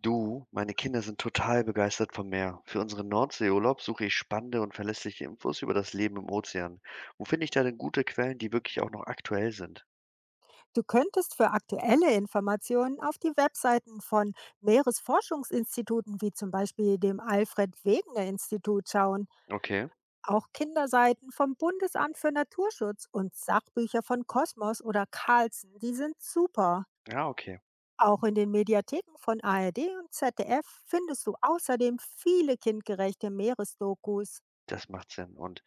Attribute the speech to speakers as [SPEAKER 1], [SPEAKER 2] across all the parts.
[SPEAKER 1] Du, meine Kinder sind total begeistert vom Meer. Für unseren Nordseeurlaub suche ich spannende und verlässliche Infos über das Leben im Ozean. Wo finde ich da denn gute Quellen, die wirklich auch noch aktuell sind?
[SPEAKER 2] Du könntest für aktuelle Informationen auf die Webseiten von Meeresforschungsinstituten wie zum Beispiel dem Alfred Wegener Institut schauen,
[SPEAKER 1] Okay,
[SPEAKER 2] auch Kinderseiten vom Bundesamt für Naturschutz und Sachbücher von Kosmos oder Carlsen, die sind super.
[SPEAKER 1] ja, okay,
[SPEAKER 2] Auch in den Mediatheken von ARD und ZDF findest du außerdem viele kindgerechte Meeresdokus.
[SPEAKER 1] das macht Sinn. Und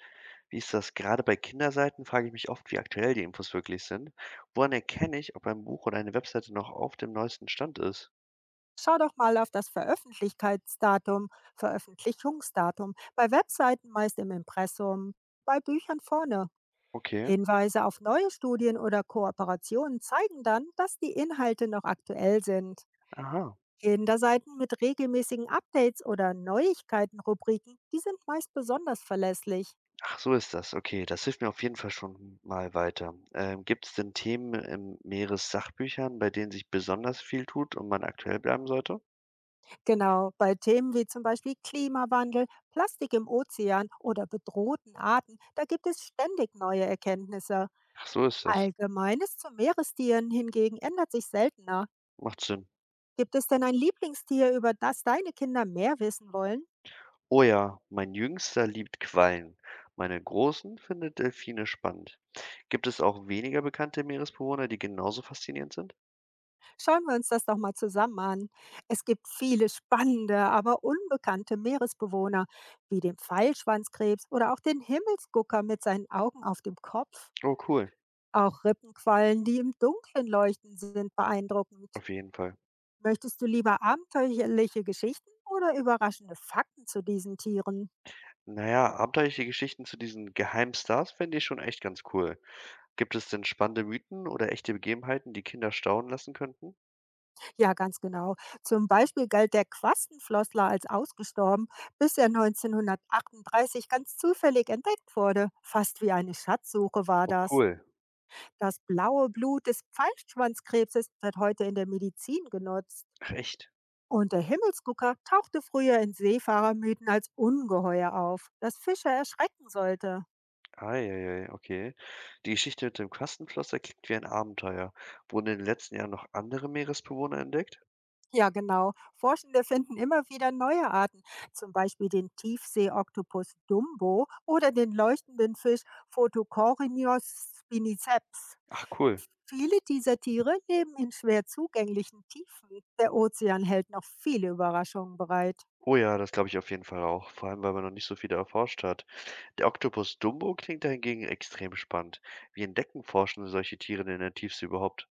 [SPEAKER 1] wie ist das? Gerade bei Kinderseiten frage ich mich oft, wie aktuell die Infos wirklich sind. Woran erkenne ich, ob ein Buch oder eine Webseite noch auf dem neuesten Stand ist?
[SPEAKER 2] Schau doch mal auf das Veröffentlichungsdatum, bei Webseiten meist im Impressum, bei Büchern vorne.
[SPEAKER 1] Okay,
[SPEAKER 2] Hinweise auf neue Studien oder Kooperationen zeigen dann, dass die Inhalte noch aktuell sind.
[SPEAKER 1] aha.
[SPEAKER 2] Kinderseiten mit regelmäßigen Updates oder Neuigkeiten-Rubriken, die sind meist besonders verlässlich.
[SPEAKER 1] Ach, so ist das. Okay, das hilft mir auf jeden Fall schon mal weiter. Gibt es denn Themen in Meeressachbüchern, bei denen sich besonders viel tut und man aktuell bleiben sollte?
[SPEAKER 2] Genau, bei Themen wie zum Beispiel Klimawandel, Plastik im Ozean oder bedrohten Arten, da gibt es ständig neue Erkenntnisse.
[SPEAKER 1] Ach, so ist das.
[SPEAKER 2] Allgemeines zu Meerestieren hingegen ändert sich seltener.
[SPEAKER 1] Macht Sinn.
[SPEAKER 2] Gibt es denn ein Lieblingstier, über das deine Kinder mehr wissen wollen?
[SPEAKER 1] Oh ja, mein Jüngster liebt Quallen. Meine Großen findet Delfine spannend. Gibt es auch weniger bekannte Meeresbewohner, die genauso faszinierend sind?
[SPEAKER 2] Schauen wir uns das doch mal zusammen an. Es gibt viele spannende, aber unbekannte Meeresbewohner, wie den Pfeilschwanzkrebs oder auch den Himmelsgucker mit seinen Augen auf dem Kopf.
[SPEAKER 1] Oh, cool.
[SPEAKER 2] Auch Rippenquallen, die im Dunkeln leuchten, sind beeindruckend.
[SPEAKER 1] Auf jeden Fall.
[SPEAKER 2] Möchtest du lieber abenteuerliche Geschichten oder überraschende Fakten zu diesen Tieren?
[SPEAKER 1] Naja, abenteuerliche Geschichten zu diesen Geheimstars fände ich schon echt ganz cool. Gibt es denn spannende Mythen oder echte Begebenheiten, die Kinder staunen lassen könnten?
[SPEAKER 2] Ja, ganz genau. Zum Beispiel galt der Quastenflossler als ausgestorben, bis er 1938 ganz zufällig entdeckt wurde. Fast wie eine Schatzsuche war
[SPEAKER 1] Oh
[SPEAKER 2] das.
[SPEAKER 1] cool.
[SPEAKER 2] Das blaue Blut des Pfeilschwanzkrebses wird heute in der Medizin genutzt.
[SPEAKER 1] Ach echt?
[SPEAKER 2] Und der Himmelsgucker tauchte früher in Seefahrermythen als Ungeheuer auf, das Fischer erschrecken sollte.
[SPEAKER 1] Ei, ei, ei, okay. Die Geschichte mit dem Kastenflosser klingt wie ein Abenteuer. Wurden in den letzten Jahren noch andere Meeresbewohner entdeckt?
[SPEAKER 2] Ja, genau. Forschende finden immer wieder neue Arten, zum Beispiel den Tiefseeoktopus Dumbo oder den leuchtenden Fisch Photocoryneus spiniceps.
[SPEAKER 1] Ach cool.
[SPEAKER 2] Viele dieser Tiere leben in schwer zugänglichen Tiefen. Der Ozean hält noch viele Überraschungen bereit.
[SPEAKER 1] Oh ja, das glaube ich auf jeden Fall auch, vor allem weil man noch nicht so viele erforscht hat. Der Oktopus Dumbo klingt dahingegen extrem spannend. Wie entdecken Forschende solche Tiere denn in der Tiefsee überhaupt?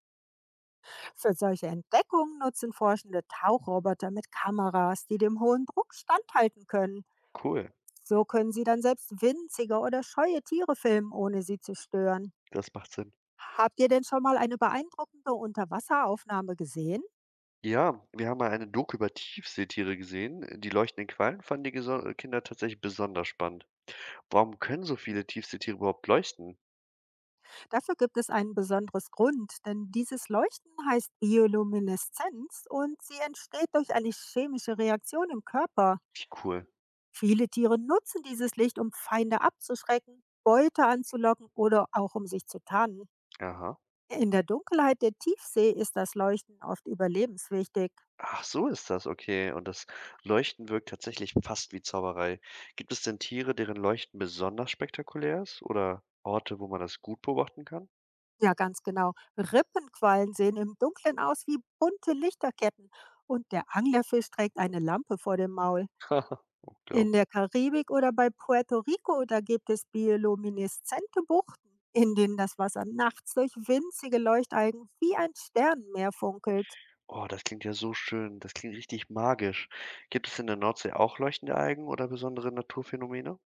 [SPEAKER 2] Für solche Entdeckungen nutzen Forschende Tauchroboter mit Kameras, die dem hohen Druck standhalten können.
[SPEAKER 1] Cool,
[SPEAKER 2] So können sie dann selbst winzige oder scheue Tiere filmen, ohne sie zu stören.
[SPEAKER 1] das macht Sinn.
[SPEAKER 2] Habt ihr denn schon mal eine beeindruckende Unterwasseraufnahme gesehen?
[SPEAKER 1] Ja, wir haben mal eine Doku über Tiefseetiere gesehen. Die leuchtenden Quallen fanden die Geso Kinder tatsächlich besonders spannend. Warum können so viele Tiefseetiere überhaupt leuchten?
[SPEAKER 2] Dafür gibt es einen besonderen Grund, denn dieses Leuchten heißt Biolumineszenz und sie entsteht durch eine chemische Reaktion im Körper.
[SPEAKER 1] Wie cool.
[SPEAKER 2] Viele Tiere nutzen dieses Licht, um Feinde abzuschrecken, Beute anzulocken oder auch um sich zu tarnen.
[SPEAKER 1] Aha.
[SPEAKER 2] In der Dunkelheit der Tiefsee ist das Leuchten oft überlebenswichtig.
[SPEAKER 1] Ach, so ist das, okay. Und das Leuchten wirkt tatsächlich fast wie Zauberei. Gibt es denn Tiere, deren Leuchten besonders spektakulär ist oder Orte, wo man das gut beobachten kann?
[SPEAKER 2] Ja, ganz genau. Rippenquallen sehen im Dunkeln aus wie bunte Lichterketten und der Anglerfisch trägt eine Lampe vor dem Maul.
[SPEAKER 1] Haha, unglaublich.
[SPEAKER 2] In der Karibik oder bei Puerto Rico, da gibt es biolumineszente Buchten, in denen das Wasser nachts durch winzige Leuchtalgen wie ein Sternenmeer funkelt.
[SPEAKER 1] Oh, das klingt ja so schön. Das klingt richtig magisch. Gibt es in der Nordsee auch leuchtende Algen oder besondere Naturphänomene?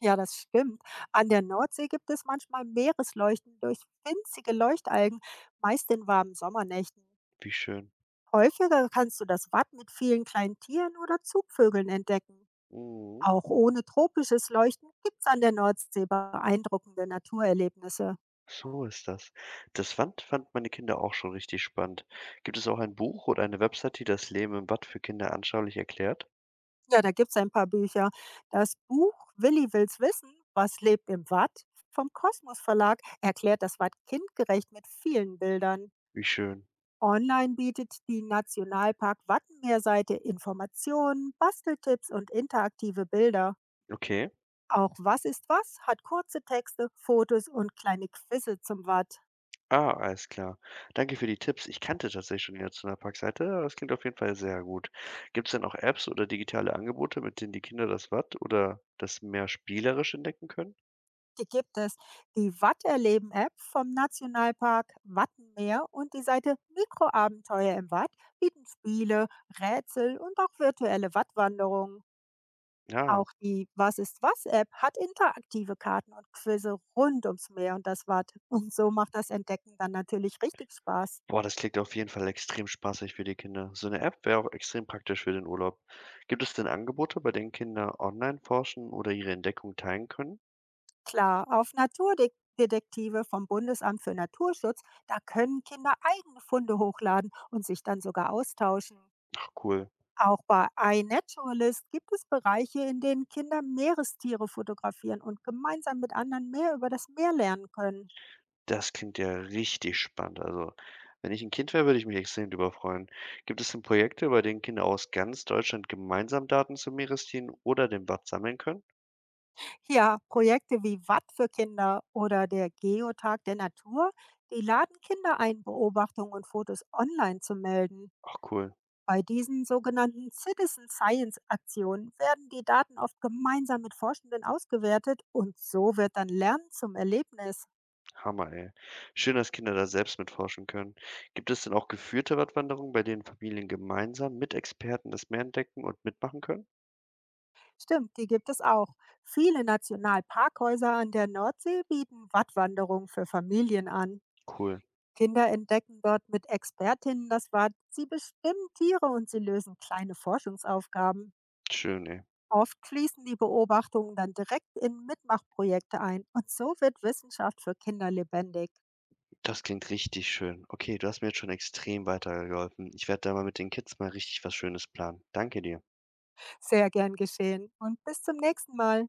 [SPEAKER 2] Ja, das stimmt. An der Nordsee gibt es manchmal Meeresleuchten durch winzige Leuchtalgen, meist in warmen Sommernächten.
[SPEAKER 1] Wie schön.
[SPEAKER 2] Häufiger kannst du das Watt mit vielen kleinen Tieren oder Zugvögeln entdecken.
[SPEAKER 1] Mhm.
[SPEAKER 2] Auch ohne tropisches Leuchten gibt es an der Nordsee beeindruckende Naturerlebnisse.
[SPEAKER 1] So ist das. Das fand meine Kinder auch schon richtig spannend. Gibt es auch ein Buch oder eine Website, die das Leben im Watt für Kinder anschaulich erklärt?
[SPEAKER 2] Ja, da gibt es ein paar Bücher. Das Buch Willi will's wissen, was lebt im Watt vom Kosmos Verlag erklärt das Watt kindgerecht mit vielen Bildern.
[SPEAKER 1] Wie schön.
[SPEAKER 2] Online bietet die Nationalpark Wattenmeerseite Informationen, Basteltipps und interaktive Bilder.
[SPEAKER 1] Okay.
[SPEAKER 2] Auch Was ist was hat kurze Texte, Fotos und kleine Quizze zum Watt.
[SPEAKER 1] Ah, alles klar. Danke für die Tipps. Ich kannte tatsächlich schon die Nationalparkseite, aber das klingt auf jeden Fall sehr gut. Gibt es denn auch Apps oder digitale Angebote, mit denen die Kinder das Watt oder das Meer spielerisch entdecken können?
[SPEAKER 2] Die gibt es. Die Watterleben-App vom Nationalpark Wattenmeer und die Seite Mikroabenteuer im Watt bieten Spiele, Rätsel und auch virtuelle Wattwanderungen.
[SPEAKER 1] Ja,
[SPEAKER 2] Auch die Was ist was-App hat interaktive Karten und Quizze rund ums Meer und das Watt. Und so macht das Entdecken dann natürlich richtig Spaß.
[SPEAKER 1] boah, das klingt auf jeden Fall extrem spaßig für die Kinder. So eine App wäre auch extrem praktisch für den Urlaub. Gibt es denn Angebote, bei denen Kinder online forschen oder ihre Entdeckung teilen können?
[SPEAKER 2] Klar, auf Naturdetektive vom Bundesamt für Naturschutz, da können Kinder eigene Funde hochladen und sich dann sogar austauschen.
[SPEAKER 1] Ach, cool.
[SPEAKER 2] Auch bei iNaturalist gibt es Bereiche, in denen Kinder Meerestiere fotografieren und gemeinsam mit anderen mehr über das Meer lernen können.
[SPEAKER 1] Das klingt ja richtig spannend. Also, wenn ich ein Kind wäre, würde ich mich extrem drüber freuen. Gibt es denn Projekte, bei denen Kinder aus ganz Deutschland gemeinsam Daten zu Meerestieren oder dem Watt sammeln können?
[SPEAKER 2] Ja, Projekte wie Watt für Kinder oder der Geotag der Natur, die laden Kinder ein, Beobachtungen und Fotos online zu melden.
[SPEAKER 1] Ach cool,
[SPEAKER 2] Bei diesen sogenannten Citizen Science Aktionen werden die Daten oft gemeinsam mit Forschenden ausgewertet und so wird dann Lernen zum Erlebnis.
[SPEAKER 1] Hammer, ey. Schön, dass Kinder da selbst mitforschen können. Gibt es denn auch geführte Wattwanderungen, bei denen Familien gemeinsam mit Experten das Meer entdecken und mitmachen können?
[SPEAKER 2] Stimmt, die gibt es auch. Viele Nationalparkhäuser an der Nordsee bieten Wattwanderungen für Familien an.
[SPEAKER 1] Cool,
[SPEAKER 2] Kinder entdecken dort mit Expertinnen das Watt. Sie bestimmen Tiere und sie lösen kleine Forschungsaufgaben.
[SPEAKER 1] schön, ey.
[SPEAKER 2] Oft fließen die Beobachtungen dann direkt in Mitmachprojekte ein. Und so wird Wissenschaft für Kinder lebendig.
[SPEAKER 1] Das klingt richtig schön. Okay, du hast mir jetzt schon extrem weitergeholfen. Ich werde da mal mit den Kids mal richtig was Schönes planen. Danke dir.
[SPEAKER 2] Sehr gern geschehen und bis zum nächsten Mal.